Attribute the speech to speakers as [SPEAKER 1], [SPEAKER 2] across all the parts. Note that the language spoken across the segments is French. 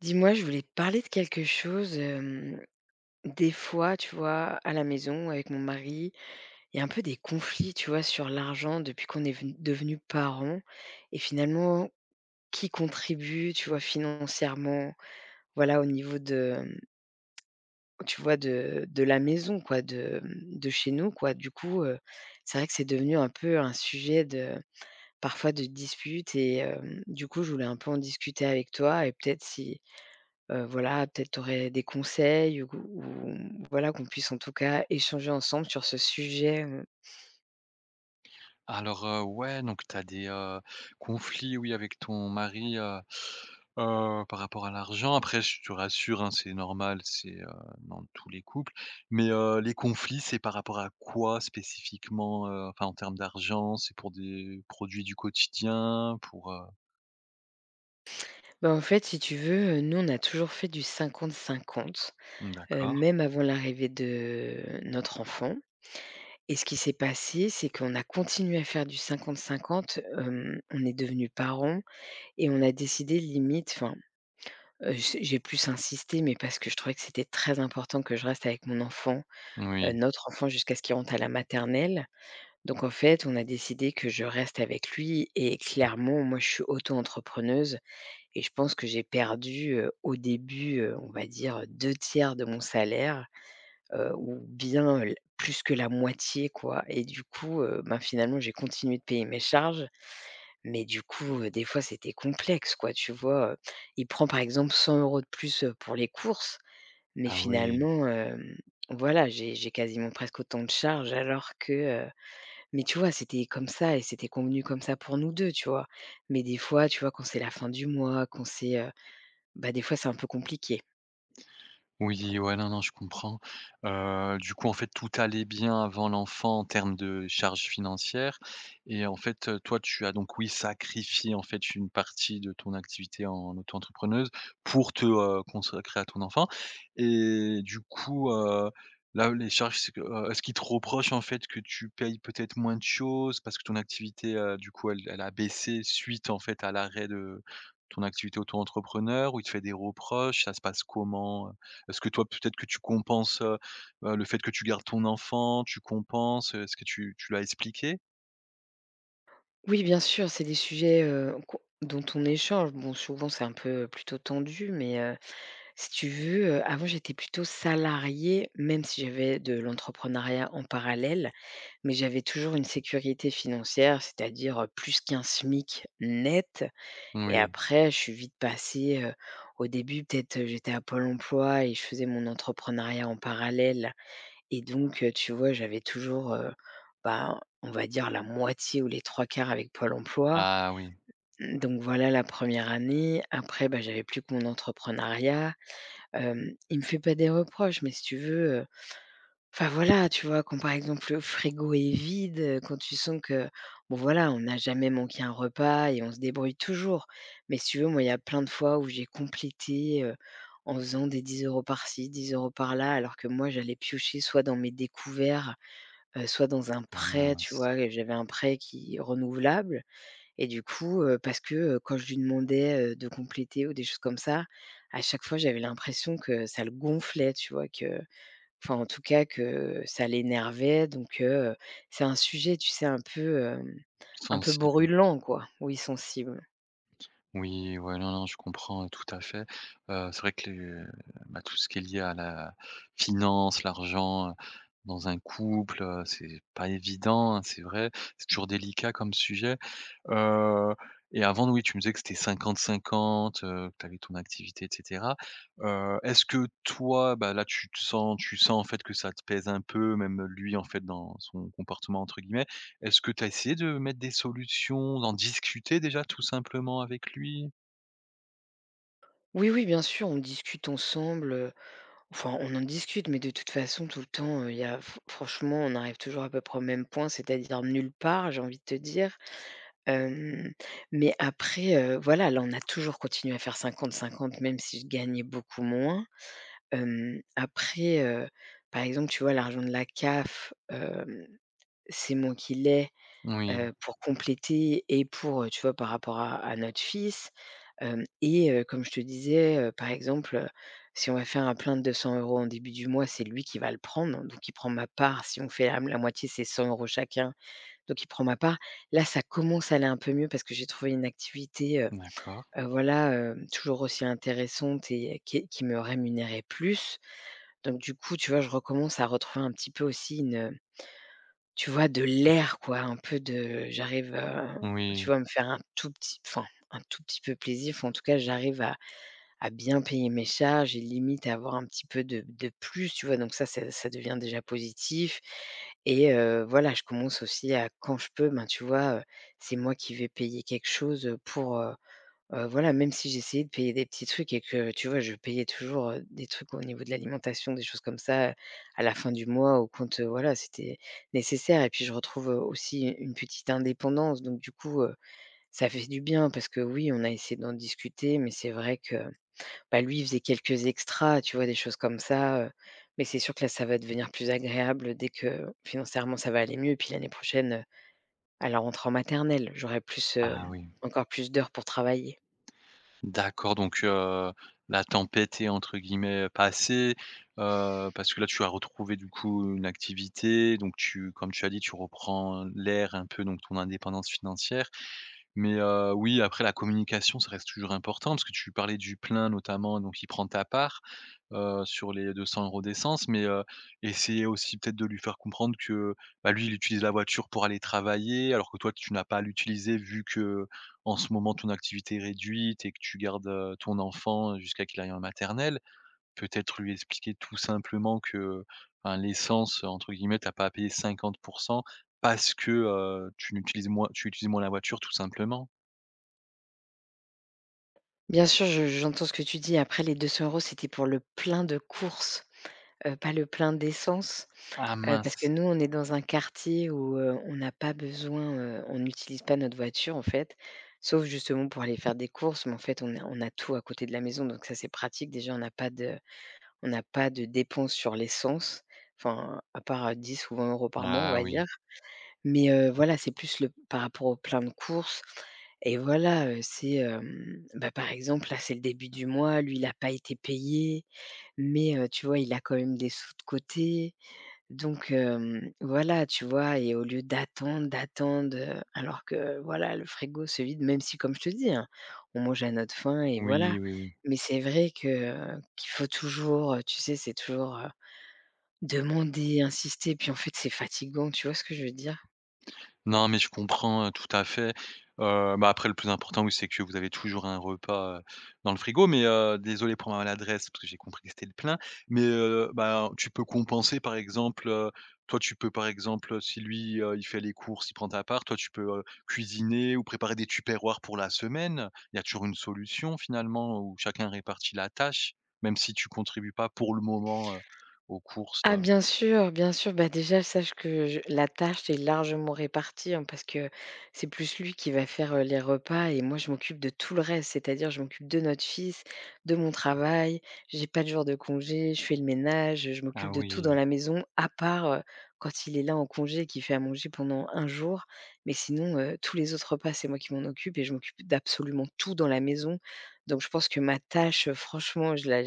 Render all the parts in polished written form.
[SPEAKER 1] Dis-moi, je voulais te parler de quelque chose. Des fois, tu vois, à la maison, avec mon mari, il y a un peu des conflits, tu vois, sur l'argent depuis qu'on est devenus parents. Et finalement, qui contribue, tu vois, financièrement, voilà, au niveau de, tu vois, de la maison, quoi, de chez nous, quoi. Du coup, c'est vrai que c'est devenu un peu un sujet de, parfois de dispute. Et du coup, je voulais un peu en discuter avec toi et peut-être si voilà, peut-être tu aurais des conseils ou voilà, qu'on puisse en tout cas échanger ensemble sur ce sujet.
[SPEAKER 2] Ouais, donc tu as conflits, oui, avec ton mari, par rapport à l'argent. Après, je te rassure, hein, c'est normal, dans tous les couples. Les conflits, c'est par rapport à quoi spécifiquement, enfin, en termes d'argent? C'est pour des produits du quotidien? Pour.
[SPEAKER 1] Bah, en fait, si tu veux, nous, on a toujours fait du 50-50,
[SPEAKER 2] Mmh, d'accord.
[SPEAKER 1] même avant l'arrivée de notre enfant et ce qui s'est passé, c'est qu'on a continué à faire du 50-50, on est devenus parents et on a décidé limite enfin, j'ai plus insisté, mais parce que je trouvais que c'était très important que je reste avec mon enfant,
[SPEAKER 2] Oui.
[SPEAKER 1] notre enfant jusqu'à ce qu'il rentre à la maternelle. Donc en fait, on a décidé que je reste avec lui et clairement, moi, je suis auto-entrepreneuse et je pense que j'ai perdu au début, on va dire deux tiers de mon salaire, ou bien l plus que la moitié quoi et du coup, ben, finalement, j'ai continué de payer mes charges, mais du coup, des fois, c'était complexe quoi, tu vois? Il prend par exemple 100 € de plus, pour les courses, mais
[SPEAKER 2] Ah oui.
[SPEAKER 1] finalement, voilà, j'ai quasiment presque autant de charges alors que, mais tu vois, c'était comme ça et c'était convenu comme ça pour nous 2, tu vois? Mais des fois, tu vois, quand c'est la fin du mois, quand c'est, bah, des fois, c'est un peu compliqué.
[SPEAKER 2] Oui, ouais, non, non, je comprends. Du coup, en fait, tout allait bien avant l'enfant en termes de charges financières et en fait, toi, tu as donc, oui, sacrifié, en fait, une partie de ton activité en auto-entrepreneuse pour te consacrer à ton enfant et du coup, là, les charges, est-ce qu'ils te reprochent, en fait, que tu payes peut-être moins de choses parce que ton activité, du coup, elle a baissé suite, en fait, à l'arrêt de ton activité auto-entrepreneur ou ils te fait des reproches? Ça se passe comment? Est-ce que toi, peut-être que tu compenses, le fait que tu gardes ton enfant, tu compenses, est-ce que tu l'as expliqué?
[SPEAKER 1] Oui, bien sûr, c'est des sujets, qu'on dont on échange. Bon, souvent, c'est un peu plutôt tendu, mais, si tu veux, avant, j'étais plutôt salariée, même si j'avais de l'entrepreneuriat en parallèle, mais j'avais toujours une sécurité financière, c'est-à-dire, plus qu'un SMIC net. Et
[SPEAKER 2] Oui.
[SPEAKER 1] après, je suis vite passée, au début, peut-être, j'étais à Pôle emploi et je faisais mon entrepreneuriat en parallèle et donc tu vois, j'avais toujours, bah, on va dire la moitié ou les trois quarts avec Pôle emploi.
[SPEAKER 2] Ah oui.
[SPEAKER 1] Donc voilà la première année. Après, bah, j'avais plus que mon entrepreneuriat. Il me fait pas des reproches, mais si tu veux, enfin voilà, tu vois? Quand par exemple le frigo est vide, quand tu sens que, bon voilà, on n'a jamais manqué un repas et on se débrouille toujours. Mais si tu veux, moi, il y a plein de fois où j'ai complété, en faisant des 10 € par-ci, 10 € par-là, alors que moi j'allais piocher soit dans mes découverts, soit dans un
[SPEAKER 2] Oh
[SPEAKER 1] prêt, tu
[SPEAKER 2] mince.
[SPEAKER 1] vois? Et j'avais un prêt qui renouvelable et du coup, parce que, quand je lui demandais, de compléter ou des choses comme ça, à chaque fois j'avais l'impression que ça le gonflait, tu vois? Que Enfin, en tout cas que ça l'énervait donc c'est un sujet, tu sais, un peu, un peu
[SPEAKER 2] Sensible.
[SPEAKER 1] brûlant quoi, oui sensible.
[SPEAKER 2] Oui, ouais, non, non, je comprends tout à fait. C'est vrai que les bah, tout ce qui est lié à la finance, l'argent, dans un couple, c'est pas évident, hein, c'est vrai. C'est toujours délicat comme sujet. Heu et avant, oui, tu me disais que c'était cinquante-cinquante, que tu avais ton activité et cetera. Est-ce que toi, bah, là, tu sens, en fait, que ça te pèse un peu, même lui, en fait, dans son «comportement» entre guillemets. Est-ce que tu as essayé de mettre des solutions, d'en discuter déjà tout simplement avec lui?
[SPEAKER 1] Oui, oui, bien sûr, on discute ensemble, enfin on en discute, mais de toute façon tout le temps, il y a franchement, on arrive toujours à peu près au même point, c'est-à-dire nulle part, j'ai envie de te dire. Hem, mais après, voilà, là on a toujours continué à faire 50-50, même si je gagnais beaucoup moins. Après, par exemple, tu vois l'argent de la CAF, hem c'est moi qui l'ai,
[SPEAKER 2] Oui,
[SPEAKER 1] pour compléter et pour, tu vois, par rapport à notre fils, hem et comme je te disais, par exemple, si on va faire un plein de 200 € en début du mois, c'est lui qui va le prendre, donc il prend ma part. Si on fait la moitié, c'est 100 € chacun, donc il prend ma part. Là, ça commence à aller un peu mieux parce que j'ai trouvé une activité,
[SPEAKER 2] d'accord.
[SPEAKER 1] voilà, toujours aussi intéressante et qui me rémunérait plus, donc du coup, tu vois, je recommence à retrouver un petit peu aussi une, tu vois, de l'air quoi, un peu de j'arrive,
[SPEAKER 2] Oui.
[SPEAKER 1] tu vois, à me faire un tout petit enfin, un tout petit peu plaisir. Enfin, en tout cas, j'arrive à bien payer mes charges et limite à avoir un petit peu de plus, tu vois? Donc ça devient déjà positif et voilà, je commence aussi à quand je peux, ben, tu vois, c'est moi qui vais payer quelque chose, voilà, même si j'essayais de payer des petits trucs et que, tu vois, je payais toujours, des trucs au niveau de l'alimentation, des choses comme ça, à la fin du mois, au compte, voilà, c'était nécessaire et puis je retrouve, aussi une petite indépendance donc du coup, ça fait du bien parce que oui, on a essayé d'en discuter mais c'est vrai que, bah, lui, il faisait quelques extras, tu vois, des choses comme ça, mais c'est sûr que là, ça va devenir plus agréable dès que financièrement, ça va aller mieux et puis l'année prochaine, à la rentrée en maternelle, j'aurai plus,
[SPEAKER 2] Ah oui.
[SPEAKER 1] encore plus d'heures pour travailler.
[SPEAKER 2] D'accord, la tempête est entre guillemets, «passée», parce que là tu as retrouvé du coup une activité, donc tu comme tu as dit, tu reprends l'air un peu, donc ton indépendance financière. Mais oui, après la communication, ça reste toujours important parce que tu parlais du plein notamment, donc il prend ta part, sur les 200 euros d'essence, mais essayer aussi peut-être de lui faire comprendre que, bah, lui, il utilise la voiture pour aller travailler alors que toi, tu n'as pas à l'utiliser vu que en ce moment ton activité est réduite et que tu gardes, ton enfant jusqu'à qu'il aille en maternelle. Peut-être lui expliquer tout simplement que, ben, l'essence, entre guillemets, t'as pas à payer 50 parce que, tu utilises moins la voiture tout simplement.
[SPEAKER 1] Bien sûr, je j'entends ce que tu dis. Après les 200 € c'était pour le plein de courses, pas le plein d'essence,
[SPEAKER 2] Ah
[SPEAKER 1] parce que
[SPEAKER 2] mince!
[SPEAKER 1] nous, on est dans un quartier où, on n'a pas besoin, on n'utilise pas notre voiture, en fait, sauf justement pour aller faire des courses, mais en fait, on a tout à côté de la maison, donc ça, c'est pratique. Déjà, on n'a pas de dépenses sur l'essence, enfin, à part, 10 ou 20 € par mois, on
[SPEAKER 2] Ah
[SPEAKER 1] va
[SPEAKER 2] oui.
[SPEAKER 1] dire. Mais voilà, c'est plus le par rapport aux plein de courses et voilà, bah, par exemple, là, c'est le début du mois, lui, il a pas été payé, mais tu vois, il a quand même des sous de côté. Donc voilà, tu vois? Et au lieu d'attendre, alors que voilà, le frigo se vide, même si comme je te dis, hein, on mange à notre faim et voilà.
[SPEAKER 2] Oui, oui, oui.
[SPEAKER 1] Mais c'est vrai que qu'il faut toujours, tu sais, c'est toujours, demander, insister, puis en fait, c'est fatigant, tu vois ce que je veux dire?
[SPEAKER 2] Non, mais je comprends, tout à fait. Bah, après le plus important, oui, c'est que vous avez toujours un repas, dans le frigo. Mais désolé pour ma maladresse, parce que j'ai compris que c'était le plein. Mais bah, tu peux compenser par exemple, toi tu peux par exemple, si lui, il fait les courses, il prend ta part, toi tu peux, cuisiner ou préparer des tupperwares pour la semaine. Il y a toujours une solution finalement où chacun répartit la tâche, même si tu contribues pas pour le moment, aux courses,
[SPEAKER 1] Ah
[SPEAKER 2] heu.
[SPEAKER 1] bien sûr, bien sûr. Bah, déjà, sache que je la tâche est largement répartie, hein, parce que c'est plus lui qui va faire, les repas et moi je m'occupe de tout le reste. C'est-à-dire je m'occupe de notre fils, de mon travail, j'ai pas de jour de congé, je fais le ménage, je m'occupe
[SPEAKER 2] Ah
[SPEAKER 1] de tout dans
[SPEAKER 2] oui.
[SPEAKER 1] la maison à part, quand il est là en congé et qu'il fait à manger pendant un jour. Mais sinon, tous les autres repas, c'est moi qui m'en occupe et je m'occupe d'absolument tout dans la maison. Donc je pense que ma tâche, franchement, je la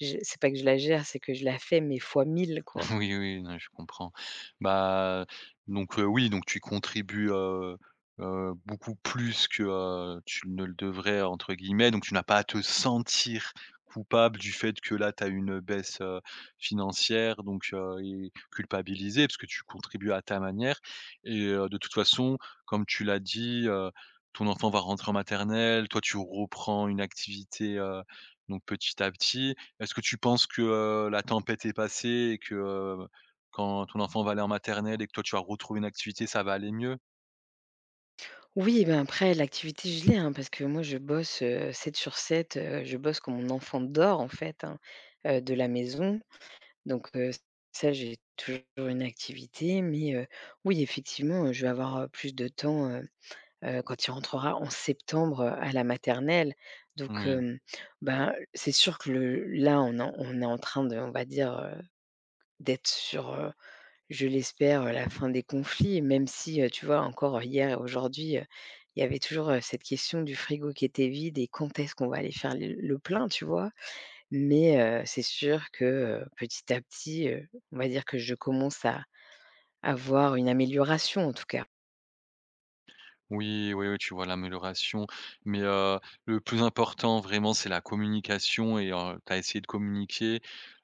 [SPEAKER 1] je c'est pas que je la gère, c'est que je la fais, mais fois mille quoi.
[SPEAKER 2] Oui, oui, non, je comprends. Bah, oui, donc tu contribues, beaucoup plus que, tu ne le devrais, entre guillemets, donc tu n'as pas à te sentir coupable du fait que là, tu as une baisse, financière, et culpabilisée parce que tu contribues à ta manière et de toute façon, comme tu l'as dit, ton enfant va rentrer en maternelle, toi tu reprends une activité, donc petit à petit est-ce que tu penses que, la tempête est passée et que, quand ton enfant va aller en maternelle et que toi tu vas retrouver une activité, ça va aller mieux?
[SPEAKER 1] Oui, ben, après l'activité je l'ai, hein, parce que moi je bosse, 7 sur 7 je bosse quand mon enfant dort en fait, hein, de la maison. Donc, ça j'ai toujours une activité, mais, oui effectivement, je vais avoir, plus de temps, quand il rentrera en septembre, à la maternelle. Donc,
[SPEAKER 2] Oui.
[SPEAKER 1] ben, c'est sûr que le là on est en train de, on va dire, d'être sur, je l'espère, la fin des conflits, même si, tu vois, encore hier et aujourd'hui, il y avait toujours, cette question du frigo qui était vide et quand est-ce qu'on va aller faire le plein, tu vois? Mais, c'est sûr que, petit à petit, on va dire que je commence à avoir une amélioration, en tout cas.
[SPEAKER 2] Oui, oui, oui, tu vois l'amélioration, mais le plus important vraiment c'est la communication et tu as essayé de communiquer.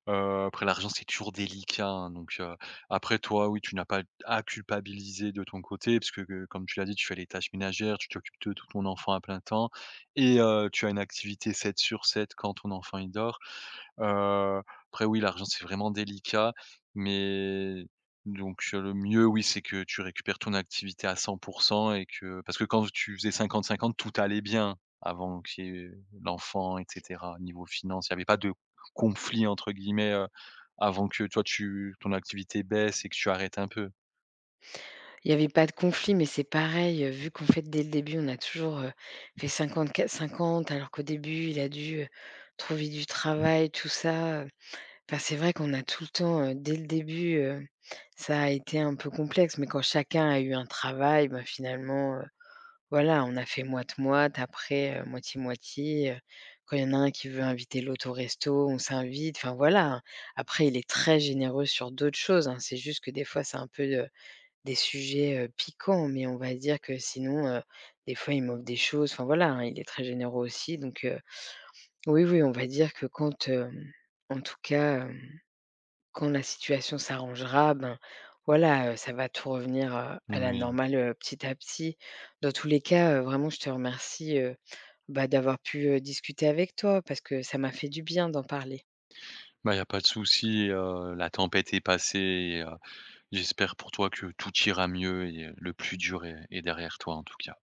[SPEAKER 2] Après l'argent c'est toujours délicat, hein, après toi oui, tu n'as pas à culpabiliser de ton côté parce que, comme tu l'as dit, tu fais les tâches ménagères, tu t'occupes de tout ton enfant à plein temps et tu as une activité 7 sur 7 quand ton enfant il dort. Heu, après oui, l'argent, c'est vraiment délicat, mais le mieux, oui, c'est que tu récupères ton activité à 100 et que parce que quand tu faisais 50-50, tout allait bien avant qu'il y ait l'enfant et cetera. Niveau finances, il y avait pas de «conflit» entre guillemets, avant que toi tu ton activité baisse et que tu arrêtes un peu.
[SPEAKER 1] Il y avait pas de conflit, mais c'est pareil, vu qu'en fait, dès le début, on a toujours, fait 50-50, alors qu'au début, il a dû, trouver du travail, tout ça, enfin, c'est vrai qu'on a tout le temps, dès le début, ça a été un peu complexe, mais quand chacun a eu un travail, ben finalement, voilà, on a fait moite-moite, après, moitié-moitié. Quand il y en a un qui veut inviter l'autre au resto, on s'invite, enfin voilà. Après, il est très généreux sur d'autres choses, hein, c'est juste que des fois, c'est un peu, des sujets, piquants, mais on va dire que sinon, des fois, il m'offre des choses, enfin voilà, hein, il est très généreux aussi, donc oui, oui, on va dire que quand, en tout cas, quand la situation s'arrangera, ben, voilà, ça va tout revenir, à la
[SPEAKER 2] Moui.
[SPEAKER 1] normale, petit à petit. Dans tous les cas, vraiment je te remercie, bah, d'avoir pu, discuter avec toi parce que ça m'a fait du bien d'en parler.
[SPEAKER 2] Bah, il y a pas de souci et la tempête est passée et j'espère pour toi que tout ira mieux et le plus dur est derrière toi, en tout cas.